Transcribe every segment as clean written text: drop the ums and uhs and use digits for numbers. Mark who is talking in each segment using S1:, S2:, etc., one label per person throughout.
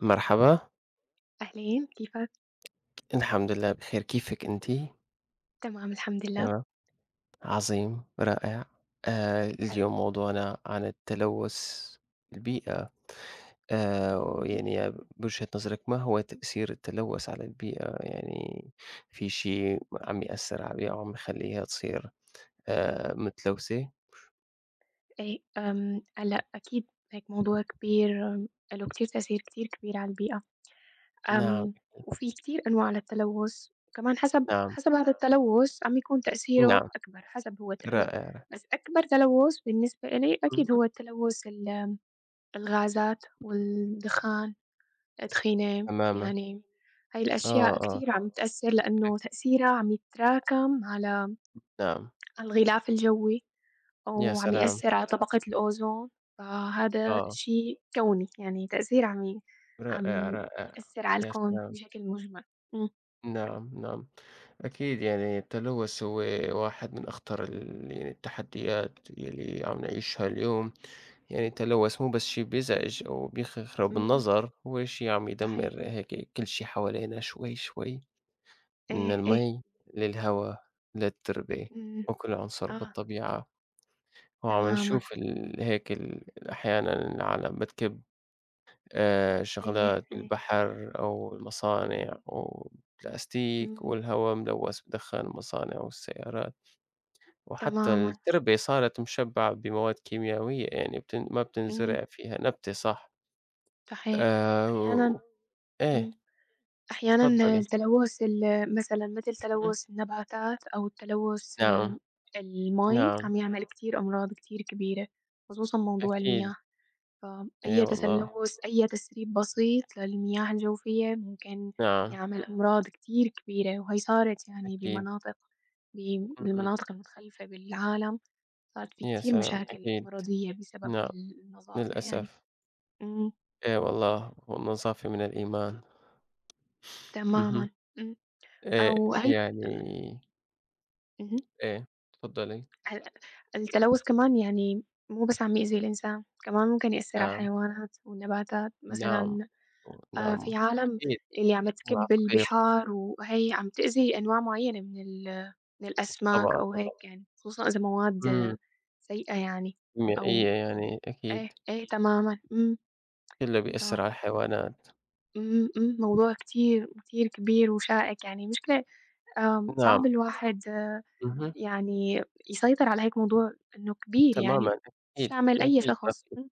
S1: مرحبا،
S2: أهلين، كيفك؟
S1: الحمد لله بخير، كيفِك أنتِ؟
S2: تمام الحمد لله.
S1: تمام، عظيم، رائع.
S2: حلو.
S1: اليوم موضوعنا عن التلوث البيئة. آآ،
S2: اهم.
S1: يعني بوجهة نظرِك ما هو تأثير التلوث على البيئة؟ يعني في شي عم يأثّر على البيئة وعم يخلّيها تصير متلوثة؟
S2: إيه، هلأ أكيد هيك موضوع كبير له كتير تأثير كتير كبير على البيئة،
S1: نعم،
S2: آمم، وفي كتير أنواع للتلوث، وكمان حسب
S1: نعم،
S2: حسب هذا التلوث عم يكون تأثيره
S1: نعم،
S2: أكبر، حسب هو التلوث،
S1: رائع.
S2: بس أكبر تلوث بالنسبة إلي
S1: اهم،
S2: أكيد هو التلوث الغازات والدخان، الأدخنة،
S1: تمامًا.
S2: يعني هاي
S1: آه،
S2: الأشياء
S1: آه،
S2: كتير عم تأثر لأنه تأثيرها عم يتراكم على
S1: نعم،
S2: على الغلاف الجوي.
S1: يا
S2: وعم
S1: سلام!
S2: يأثّر على طبقة الأوزون، فهذا
S1: آه،
S2: شيء كوني، يعني تأثير عميق،
S1: رائع،
S2: عم
S1: رائع،
S2: يأثّر على
S1: يا
S2: الكون
S1: سلام.
S2: بشكل مُجمل. إمم،
S1: نعم، نعم، أكيد يعني التلوث هو واحد من أخطر يعني التحديات يلي عم نعيشها اليوم، يعني التلوث مو بس شي بيزعج أو بيخرب
S2: إمم،
S1: النظر، هو شي عم يدمر
S2: صحيح،
S1: هيك كل شي حوالينا شوي شوي، من
S2: إيه، إيه،
S1: المي للهوا للتربة
S2: إمم،
S1: وكل عنصر
S2: آه،
S1: بالطبيعة، وعم
S2: تمامًا،
S1: نشوف ال هيك ال أحيانًا العالم بتكب
S2: إيه،
S1: شغلات
S2: إيه،
S1: بالبحر أو المصانع والبلاستيك
S2: إمم،
S1: والهوا ملوث بدخان المصانع والسيارات، وحتى
S2: تمامًا،
S1: التربة صارت مشبعة بمواد كيميائية يعني ما
S2: إمم،
S1: بتنزرع فيها نبتة صح.
S2: صحيح،
S1: و
S2: أحيانًا
S1: إيه
S2: إمم، أحيانًا
S1: تفضّلي.
S2: التلوث مثلًا مثل
S1: إمم.
S2: تلوث النباتات أو التلوث
S1: نعم،
S2: المَي
S1: نعم
S2: عم يعمل كتير أمراض كتير كبيرة، خصوصًا موضوع
S1: أكيد.
S2: المياه.
S1: إي
S2: فأي
S1: والله.
S2: تسلُّس، أي تسريب بسيط للمياه الجوفية ممكن
S1: نعم
S2: يعمل أمراض كتير كبيرة، وهي صارت يعني
S1: أكيد.
S2: بمناطق ب
S1: إمم، إمم.
S2: بالمناطق المتخلفة بالعالم، صارت في
S1: يا
S2: كتير
S1: سلام
S2: مشاكل
S1: أكيد.
S2: مرضية بسبب
S1: نعم
S2: النظافة يعني.
S1: للأسف.
S2: إمم،
S1: إي والله والنظافة من الإيمان. اهم.
S2: تمامًا، إمم،
S1: آآ
S2: أو هي
S1: يعني
S2: اهم،
S1: إيه، تفضّلي.
S2: هل التلوث كمان يعني مو بس عم يأذي الإنسان، كمان ممكن يأثّر على
S1: نعم،
S2: الحيوانات والنباتات
S1: نعم،
S2: مثلًا
S1: نعم،
S2: في عالم
S1: أكيد
S2: اللي عم
S1: تكون
S2: تكِب
S1: عصافير،
S2: البحار وهي عم تأذي أنواع معيّنة من من الأسماك
S1: طبعًا،
S2: أو
S1: طبعًا،
S2: هيك يعني، خصوصًا إذا مواد
S1: إمم،
S2: سيئة يعني
S1: 100%
S2: أو
S1: يعني
S2: إيه،
S1: أكيد،
S2: إيه تمامًا، إمم،
S1: كلّه بيأثّر على
S2: ف
S1: الحيوانات،
S2: إمم، إمم، موضوع كتير، كتير كبير وشائك يعني مشكلة
S1: نعم،
S2: صعب الواحد
S1: اهم،
S2: يعني يسيطر على هيك موضوع إنه كبير يعني،
S1: تمامًا،
S2: مش
S1: أكيد،
S2: عمل أي
S1: أكيد ما
S2: شخص،
S1: في
S2: إمم،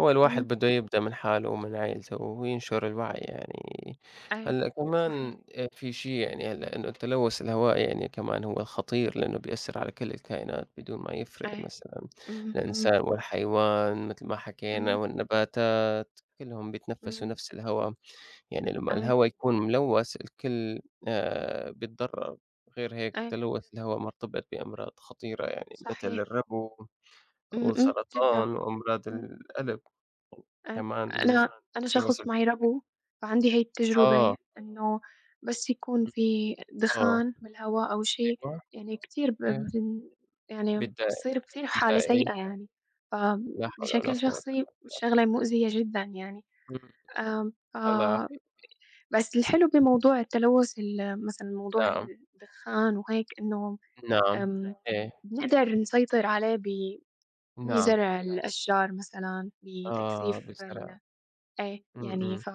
S1: هو
S2: إمم،
S1: الواحد بده يبدأ من حاله ومن عيلته وينشر الوعي يعني،
S2: أيوه،
S1: هلأ
S2: صحيح،
S1: كمان في شي يعني هلأ إنه التلوث الهوائي يعني كمان هو خطير لإنه بيأثّر على كل الكائنات بدون ما يفرق
S2: أيوه،
S1: مثلًا
S2: إمم، إمم،
S1: الإنسان والحيوان متل ما حكينا
S2: إمم،
S1: والنباتات. كلّهم بيتنفّسوا
S2: إمم،
S1: نفس الهوا، يعني لمّا
S2: أيوه،
S1: الهوا يكون ملوَّث الكل بيتضرّر، غير هيك
S2: أيوه،
S1: تلوث الهوا مرتبط بأمراض خطيرة يعني مثل
S2: صحيح.
S1: الربو
S2: إمم، إمم، جدًا،
S1: والسرطان وأمراض
S2: إمم،
S1: القلب
S2: آآ
S1: كمان
S2: أنا أنا
S1: تلوث
S2: شخص
S1: ال
S2: معيربو، فعندي هاي
S1: آه،
S2: التجربة إنه بس يكون
S1: إمم،
S2: في
S1: آه،
S2: دخان بالهوا أو شي
S1: أيوه،
S2: يعني كتير ب
S1: إيه،
S2: بن يعني
S1: بتضايق
S2: بتصير كتير حالة
S1: بتضايق
S2: سيئة يعني،
S1: لا حول ولا
S2: فبشكل
S1: قوة
S2: شخصي
S1: إلا بالله،
S2: شغلة مؤذية جدًا يعني،
S1: إمم،
S2: آمم، ف
S1: الله يعافيك،
S2: بس الحلو بموضوع التلوث مثلًا موضوع
S1: نعم،
S2: الدخان وهيك إنه
S1: نعم،
S2: آمم،
S1: إيه،
S2: بنقدر نسيطر عليه
S1: نعم،
S2: بزرع الأشجار مثلًا،
S1: آه
S2: بتكثيف
S1: بالزرع،
S2: إيه،
S1: إمم،
S2: يعني
S1: إمم،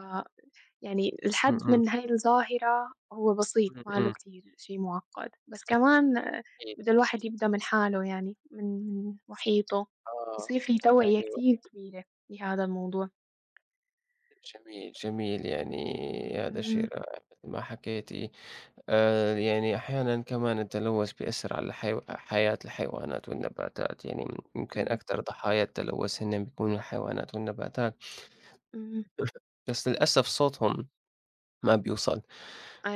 S2: يعني
S1: إمم،
S2: الحد
S1: إمم،
S2: من هاي الظاهرة هو بسيط،
S1: إمم،
S2: ما له
S1: إمم،
S2: كتير شي معقّد، بس كمان
S1: أكيد.
S2: بده الواحد يبدأ من حاله يعني، من محيطه،
S1: آه،
S2: يصير في توعية
S1: أيوه،
S2: كتير كبيرة بهذا الموضوع.
S1: جميل، جميل، يعني هذا الشيء
S2: إمم،
S1: رائع مثل ما حكيتِ، يعني أحيانًا كمان التلوث بيأثّر على حياة الحيوانات والنباتات، يعني يمكن
S2: إمم،
S1: أكثر ضحايا التلوث هن بيكونوا الحيوانات والنباتات،
S2: إمم،
S1: بس للأسف صوتهم ما بيوصل،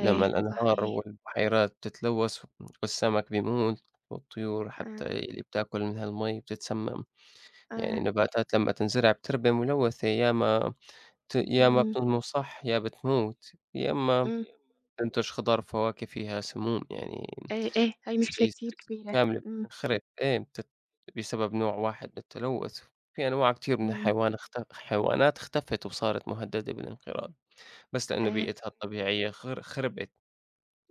S1: لمّا الأنهار
S2: صحيح،
S1: والبحيرات بتتلوث والسمك بيموت والطيور حتى
S2: آه،
S1: اللي بتاكل من هالمي بتتسمم، يعني
S2: آه،
S1: النباتات لمّا تنزرع بتربى ملوثة ياما يا ما
S2: إمم،
S1: بتنمو صح يا بتموت، يا إمّا
S2: إمم،
S1: بتنتج خضار فواكه فيها سموم يعني
S2: إيه، إيه، هاي مشكلة
S1: بحيث
S2: كتير كبيرة،
S1: كاملة
S2: إمم،
S1: بتنخرب إيه بتت بسبب نوع واحد من التلوث، في أنواع كتير من
S2: إمم،
S1: الحيوان اخت حيوانات اختفت وصارت مهددة بالانقراض، بس لإنه
S2: إيه.
S1: بيئتها الطبيعية خربت.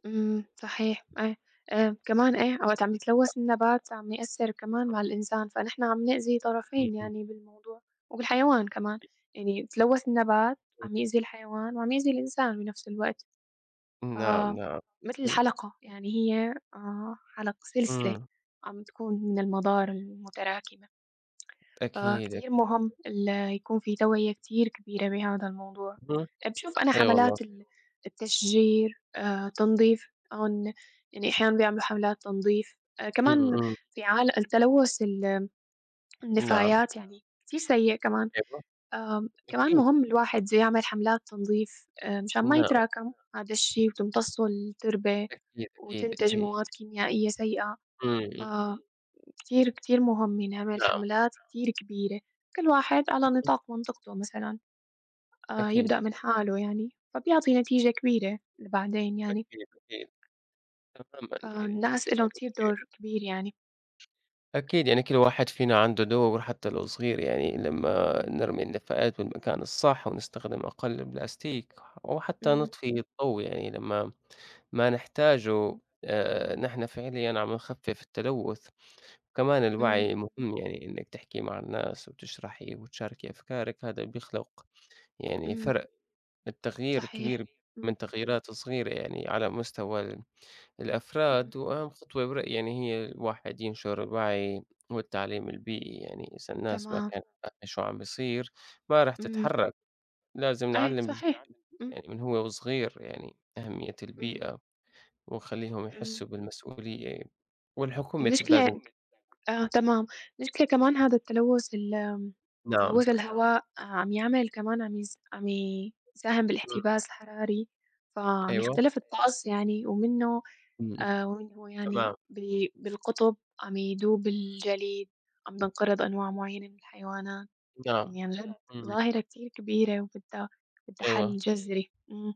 S2: إمم، صحيح أي كمان إيه، وقت عم يتلوث النبات عم يأثّر كمان على الإنسان، فنحن عم نأذي
S1: إمم،
S2: طرفين
S1: إمم،
S2: يعني بالموضوع، وبالحيوان كمان، يعني تلوث النبات
S1: إمم.
S2: عم يأذي الحيوان وعم يأذي الإنسان بنفس الوقت، ف
S1: نعم، نعم،
S2: متل
S1: أكيد.
S2: الحلقة يعني هي حلق سلسلة
S1: إمم،
S2: عم تكون من المضار المتراكمة.
S1: أكيد،
S2: فكتير مهم يكون في توعية كتير كبيرة بهذا الموضوع.
S1: اهم،
S2: بشوف أنا
S1: أي والله.
S2: حملات التشجير، تنضيف هون يعني أحيانًا بيعملوا حملات تنضيف،
S1: إمم،
S2: كمان
S1: إمم،
S2: في التلوث
S1: نعم،
S2: النفايات يعني كتير سيء كمان،
S1: أيوه،
S2: كمان
S1: أكيد،
S2: مهم الواحد يعمل حملات تنظيف، مشان ما
S1: نعم،
S2: يتراكم هذا الشي وتمتصه التربة
S1: أكيد، أكيد،
S2: وتنتج
S1: أكيد.
S2: مواد كيميائية سيئة،
S1: إمم،
S2: ف
S1: إمم،
S2: كتير، كتير مهم، يعني نعمل
S1: نعم،
S2: حملات كتير كبيرة، كل واحد على نطاق منطقته مثلًا،
S1: أكيد.
S2: يبدأ من حاله يعني، فبيعطي نتيجة كبيرة بعدين يعني،
S1: أكيد، أكيد، تمامًا يعني
S2: فالناس إلهم كتير دور كبير يعني.
S1: أكيد يعني كل واحد فينا عنده دور حتى لو صغير يعني لمّا نرمي النفايات بالمكان الصح ونستخدم أقل بلاستيك، وحتى
S2: إمم،
S1: نطفي الضوء يعني لمّا ما نحتاجه نحن فعليًا عم نخفف التلوث، كمان
S2: إمم،
S1: الوعي مهم يعني إنك تحكي مع الناس وتشرحي وتشاركي أفكارك هذا بيخلق يعني
S2: إمم،
S1: فرق، التغيير
S2: صحيح،
S1: الكبير
S2: إمم،
S1: من تغييرات صغيرة يعني على مستوى
S2: إمم،
S1: الأفراد وأهم خطوة برأيي يعني هي الواحد ينشر الوعي والتعليم البيئي يعني إذا الناس ما
S2: تمام،
S1: كانت فاهمة شو عم بيصير ما راح
S2: إمم،
S1: تتحرك لازم
S2: إيه
S1: نعلم
S2: صحيح، إمم،
S1: يعني من وصغير يعني أهمية
S2: إمم،
S1: البيئة ونخليهم
S2: إمم،
S1: يحسوا بالمسؤولية والحكومة
S2: المشكلة
S1: لازم
S2: آه تمام، المشكلة كمان هذا التلوث ال آمم،
S1: نعم
S2: تلوث الهواء عم يعمل كمان عم يساهم
S1: مم.
S2: بالاحتباس الحراري، فعم
S1: أيوة
S2: يختلف الطقس يعني
S1: م- م.
S2: ومنه يعني
S1: تمام
S2: بالقطب عم يدوب الجليد، عم تنقرض أنواع معينة من الحيوانات،
S1: نعم
S2: يعني عن جد
S1: مم.
S2: ظاهرة كتير كبيرة بدها حل
S1: أيوة
S2: جذري. إمم،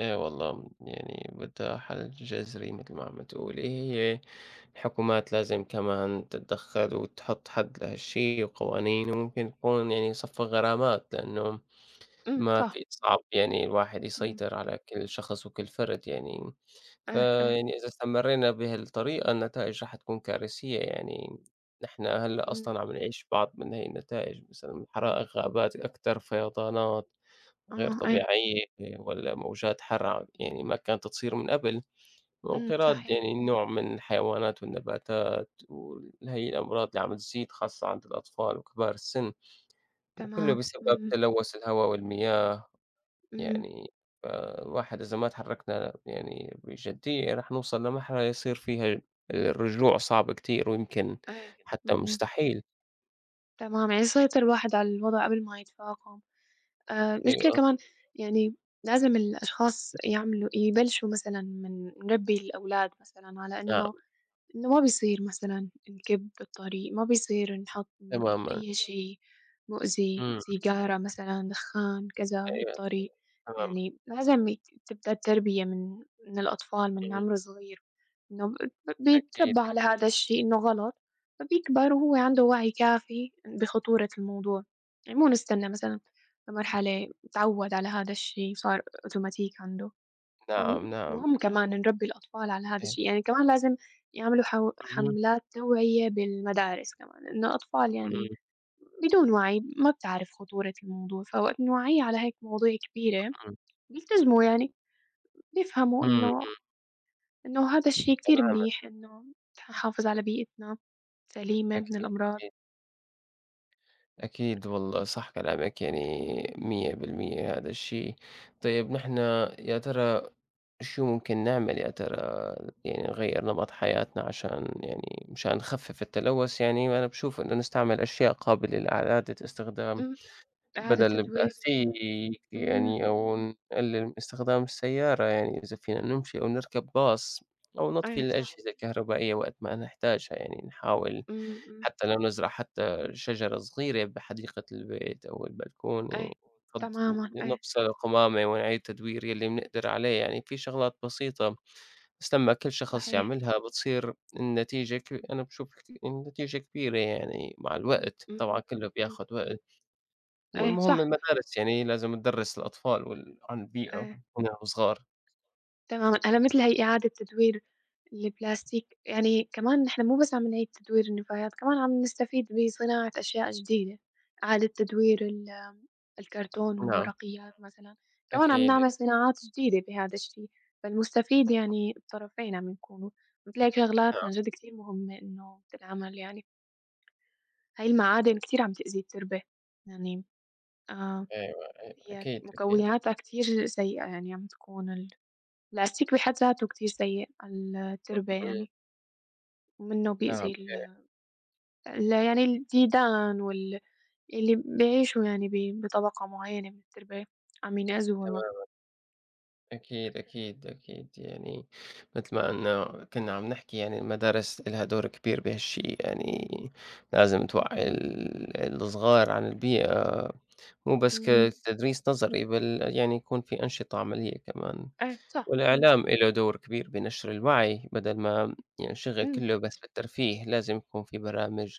S1: إيه والله، يعني بدها حل جذري مثل ما عم تقولي، هي الحكومات لازم كمان تتدخّل وتحط حد لهالشي وقوانين، وممكن تكون يعني صفّى غرامات، لإنه
S2: إمم،
S1: ما
S2: صح،
S1: في صعب يعني الواحد
S2: إمم،
S1: يسيطر على كل شخص وكل فرد يعني،
S2: إيه، إيه،
S1: إذا استمرينا بهالطريقة النتائج رح تكون كارثية يعني، نحن هلأ
S2: إمم،
S1: أصلًا عم نعيش بعض من هي النتائج مثلًا حرائق غابات أكتر، فيضانات. غير
S2: آه، إيه،
S1: طبيعية والّا موجات حَرّ يعني ما كانت تصير من قبل،
S2: إمم،
S1: وانقراض
S2: صحيح،
S1: يعني نوع من الحيوانات والنباتات وهي الأمراض اللي عم تزيد خاصة عند الأطفال وكبار السن، وكلّه
S2: تمام،
S1: بسبب
S2: إمم،
S1: تلوث الهواء والمياه
S2: إمم،
S1: يعني، فالواحد إذا ما تحركنا يعني بجدية رح نوصل لمرحلة يصير فيها الرجوع صعب كتير ويمكن
S2: إيه،
S1: حتى
S2: إمم.
S1: مستحيل،
S2: تمام، يعني سيطر الواحد على الوضع قبل ما يتفاقم. المشكلة
S1: أيوه،
S2: كمان يعني لازم الأشخاص يبلشوا مثلًا من نربّي الأولاد مثلًا على
S1: نعم
S2: إنه ما بيصير مثلًا نكب بالطريق، ما بيصير نحط
S1: تمامًا،
S2: أي شي مؤذي،
S1: إمم،
S2: سيجارة مثلًا، دخان، كذا
S1: أيوه
S2: بالطريق،
S1: تمامًا،
S2: يعني لازم يك تبدأ التربية من الأطفال من
S1: إمم،
S2: عمر صغير، إنه
S1: أكيد،
S2: بيتربى على هذا الشي إنه غلط، فبيكبر وهو عنده وعي كافي بخطورة الموضوع، يعني مو نستنى مثلًا لمرحلة اتعود على هذا الشي صار أوتوماتيك عنده.
S1: نعم، نعم،
S2: فمهم كمان نربّي الأطفال على هذا
S1: إيه،
S2: الشي، يعني كمان لازم يعملوا حو
S1: اهم.
S2: حملات توعية بالمدارس كمان، إنه الأطفال
S1: إمم،
S2: يعني بدون وعي ما بتعرف خطورة الموضوع، فوقت نوعّيه على هيك مواضيع كبيرة
S1: إمم،
S2: بيلتزموا يعني، بيفهموا
S1: إمم، إمم،
S2: إنه هذا الشي كتير
S1: تمامًا
S2: منيح إنه نحافظ على بيئتنا سليمة من
S1: أكيد،
S2: الأمراض،
S1: أكيد، أكيد والله صح كلامك يعني 100% هذا الشيء، طيب نحن يا ترى شو ممكن نعمل يا ترى يعني نغيّر نمط حياتنا عشان يعني مشان نخفف التلوث يعني أنا باشوف إنه نستعمل أشياء قابلة لإعادة استخدام.
S2: إمم، إعادة
S1: بدل نبقى
S2: تدوير،
S1: سيك
S2: إمم، إمم،
S1: يعني أو نقلل من استخدام السيارة يعني إذا فينا نمشي أو نركب باص أو نطفي
S2: أي صح،
S1: الأجهزة الكهربائية وقت ما نحتاجها يعني نحاول
S2: إمم، إمم،
S1: حتى لو نزرع حتى شجرة صغيرة بحديقة البيت أو البلكونة
S2: أي،
S1: فض-
S2: تمامًا، أي،
S1: نفصل القمامة ونعيد تدوير يلي بنقدر عليه يعني في شغلات بسيطة بس لما كل شخص
S2: صحيح،
S1: يعملها بتصير أنا بشوف النتيجة كبيرة يعني مع الوقت طبعا
S2: إمم،
S1: كله
S2: إمم،
S1: بياخد وقت
S2: أي،
S1: والمهم
S2: صح،
S1: المدارس يعني لازم تدرّس الأطفال عن البيئة
S2: أي.
S1: هُم وصغار،
S2: تمامًا، أنا مثل هي إعادة تدوير البلاستيك، يعني كمان نحن مو بس عم نعيد تدوير النفايات، كمان عم نستفيد بصناعة أشياء جديدة، إعادة تدوير الكرتون
S1: نعم
S2: والورقيات مثلًا، كمان عم
S1: أكيد،
S2: نعمل صناعات جديدة بهذا الشي، فالمستفيد يعني الطرفين عم يكونوا، مثل هيك شغلات عن جد كتير مهمة إنه تنعمل يعني، هاي المعادن كتير عم تأذي التربة، يعني آه،
S1: أيوه، أيوه،
S2: هي
S1: أكيد، أكيد،
S2: مكوناتها كتير سيئة يعني عم تكون العسيل بحد ذاته كتير سيء على التربة
S1: إمم،
S2: يعني، ومنّه
S1: نعم،
S2: بيأذي ال
S1: إيه،
S2: ال يعني الديدان اللي بيعيشوا يعني بطبقة معيّنة من التربة، عم ينأذوا والله.
S1: تمام، أكيد، أكيد، أكيد، يعني متل ما إنه كنا عم نحكي يعني المدارس إلها دور كبير بهالشيء، يعني لازم توعّي الصغار عن البيئة، مو بس
S2: إمم،
S1: تدريس نظري بل يعني يكون في أنشطة عملية كمان.
S2: إيه صح، إمم،
S1: والإعلام إله دور كبير بنشر الوعي بدل ما ينشغل
S2: إمم،
S1: كله بس بالترفيه، لازم يكون في برامج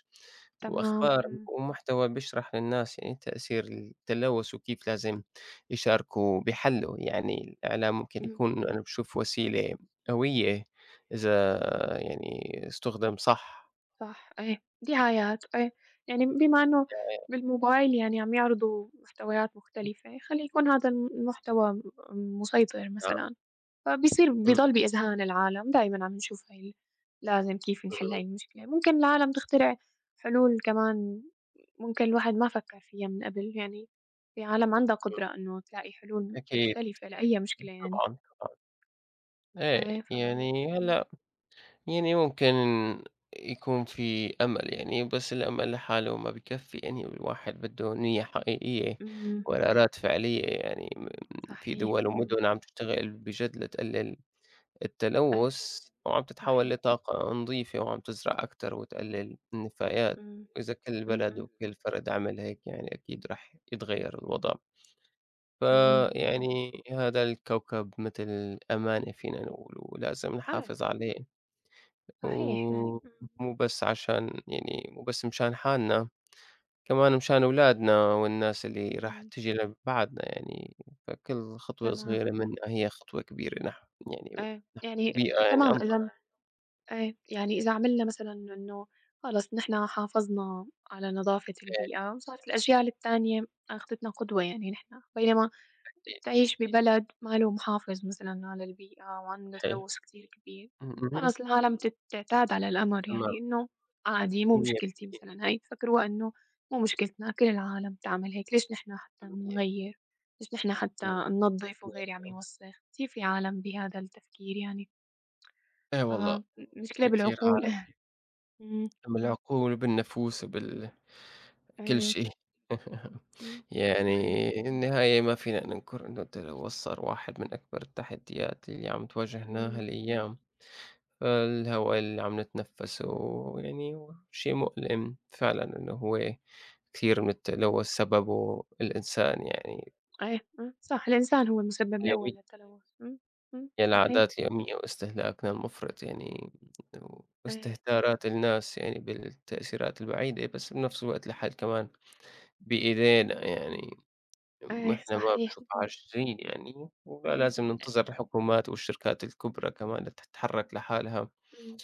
S2: تمام،
S1: وأخبار
S2: إمم،
S1: ومحتوى بيشرح للناس يعني تأثير التلوث وكيف لازم يشاركوا بحله، يعني الإعلام ممكن
S2: إمم،
S1: يكون أنا باشوف وسيلة قوية إذا يعني استُخدم صح
S2: صح، إيه، دعايات، إيه، يعني بما إنه
S1: يعني.
S2: بالموبايل يعني عم يعرضوا محتويات مختلفة، خلّي يكون هذا المحتوى مسيطر
S1: آه،
S2: مثلًا. فبيصير
S1: إمم،
S2: بيضل بإذهان العالم دايمًا عم نشوف هاي لازم كيف نحل هاي
S1: إمم،
S2: المشكلة، ممكن العالم تخترع حلول كمان ممكن الواحد ما فكّر فيها من قبل، يعني في عالم عندها
S1: إمم،
S2: قدرة إنه تلاقي حلول
S1: أكيد
S2: مختلفة لأي مشكلة يعني،
S1: طبعًا، طبعًا، إيه،
S2: إيه ف
S1: يعني
S2: إمم،
S1: هلأ يعني ممكن يكون في أمل يعني، بس الأمل لحاله ما بيكفّي، يعني الواحد بده نيّة حقيقية
S2: إمم،
S1: وقرارات فعلية يعني. في
S2: صحيح،
S1: دول
S2: إمم،
S1: ومدن عم تشتغل بجد لتقلل
S2: إيه
S1: التلوث وعم تتحول
S2: صحيح،
S1: لطاقة نضيفة وعم تزرع أكتر وتقلل النفايات،
S2: إمم،
S1: وإذا كل
S2: إمم،
S1: بلد
S2: إمم،
S1: وكل فرد عمل هيك يعني أكيد رح يتغيّر الوضع،
S2: إمم، صح،
S1: فيعني هذا الكوكب مثل أمانة فينا نقول ولازم
S2: إيه
S1: نحافظ عليه.
S2: صحيح يعني،
S1: و
S2: إمم،
S1: مو بس عشان يعني مو بس مشان حالنا، كمان مشان أولادنا والناس اللي راح
S2: إمم،
S1: تيجي ل بعدنا يعني، فكل خطوة
S2: تمام،
S1: صغيرة منا
S2: إمم،
S1: هي خطوة كبيرة نحو يعني
S2: إيه يعني
S1: بيئة يعني
S2: تمام
S1: أنظف.
S2: إذا إيه، يعني إذا عملنا مثلًا إنه خلص نحن حافظنا على نظافة
S1: إيه،
S2: البيئة، صارت الأجيال التانية أخدتنا قدوة يعني نحن، بينما
S1: إيه،
S2: تعيش ببلد ماله محافظ مثلًا على البيئة وعنده
S1: صحيح.
S2: تلوث كتير كبير،
S1: اهم، اهم،
S2: خلص العالم تعتاد على الأمر
S1: تمام
S2: يعني إنه عادي مو مشكلتي
S1: 100%
S2: مثلًا هاي، يفكروها إنه مو مشكلتنا كل العالم بتعمل هيك، ليش نحن حتى
S1: 100%
S2: نغيّر، ليش نحن حتى ننظف وغيري عم
S1: 100%
S2: يوسخ، كتير في عالم بهذا التفكير يعني،
S1: إي والله،
S2: فمشكلة
S1: شي كثير ع
S2: بالعقول. إمم،
S1: بالعقول وبالنفوس كل
S2: أيوه،
S1: شيء
S2: إمم،
S1: يعني
S2: صحيح،
S1: النهاية ما فينا ننكر إنه التلوث صار واحد من أكبر التحديات اللي عم تواجهنا
S2: إمم،
S1: هالأيام، فالهواء اللي عم نتنفسه يعني شيء مؤلم فعلًا إنه هو كثير من التلوث سببه الإنسان يعني
S2: أيوه، إمم، صح، الإنسان هو المسبب الأول
S1: اليومية
S2: للتلوث، إمم، إمم، صحيح،
S1: العادات اليومية واستهلاكنا المفرط يعني
S2: أيوه،
S1: واستهتارات الناس يعني بالتأثيرات البعيدة، بس بنفس الوقت لحد كمان بإيدينا يعني،
S2: أيوه،
S1: وإحنا ما
S2: صحيح،
S1: بشوف
S2: إمم،
S1: عاجزين يعني،
S2: إمم،
S1: ولازم ننتظر الحكومات والشركات الكبرى كمان تتحرك لحالها،
S2: إمم،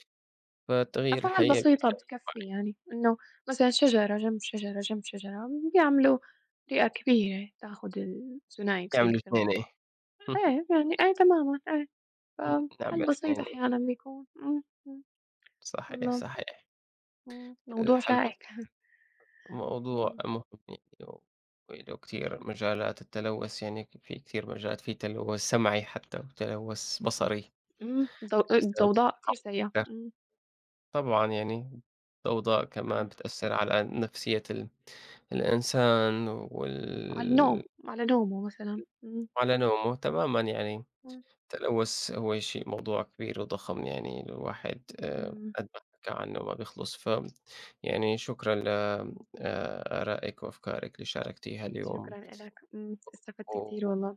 S1: فالتغيير
S2: أفعال
S1: الحقيقي
S2: بسيطة
S1: بيبدأ
S2: بتكفّي
S1: بالوعي،
S2: يعني، إنه مثلًا شجرة جنب شجرة جنب شجرة بيعملوا بيئة كبيرة تاخد الثاني أكسيد
S1: يعملوا اثنينه
S2: الكربون، إيه يعني إيه تمامًا، إيه،
S1: نعمل
S2: فحل بسيط
S1: اثنينه،
S2: أحيانًا بيكون، إمم، إمم،
S1: صحيح،
S2: والله،
S1: صحيح،
S2: إمم، موضوع
S1: الحل
S2: شائك،
S1: بسيط، موضوع
S2: إمم،
S1: مهم يعني وله كتير مجالات التلوث يعني في كتير مجالات، في تلوث سمعي حتى وتلوث بصري
S2: إمم،
S1: يسلم.
S2: الضوضاء كتير سيئة، إمم،
S1: طبعًا يعني الضوضاء كمان
S2: أيوه.
S1: بتأثّر على نفسية الإنسان
S2: على النوم، على نومه مثلًا. إمم،
S1: وعلى نومه تمامًا يعني،
S2: إمم،
S1: التلوث هو شيء موضوع كبير وضخم يعني الواحد
S2: إمم.
S1: قد ما حكى عنه ما بيخلص، ف يعني شكرًا ل آرائِك وأفكارِك اللي شاركتيها اليوم،
S2: شكرًا لك، إمم، استفدت
S1: و
S2: كتير والله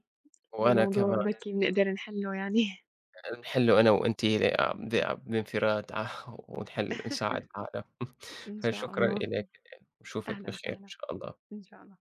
S1: وأنا
S2: بموضوع
S1: كمان
S2: وأنا بركي بنقدر نحلّه يعني
S1: نحلّه أنا وأنتِ لأ بانفراد ونحل نساعد العالم،
S2: إن شاء
S1: فشكرًا
S2: الله.
S1: إليك واشوفِك
S2: أهلًا
S1: بخير إن
S2: وسهلًا،
S1: شاء الله.
S2: إن شاء الله.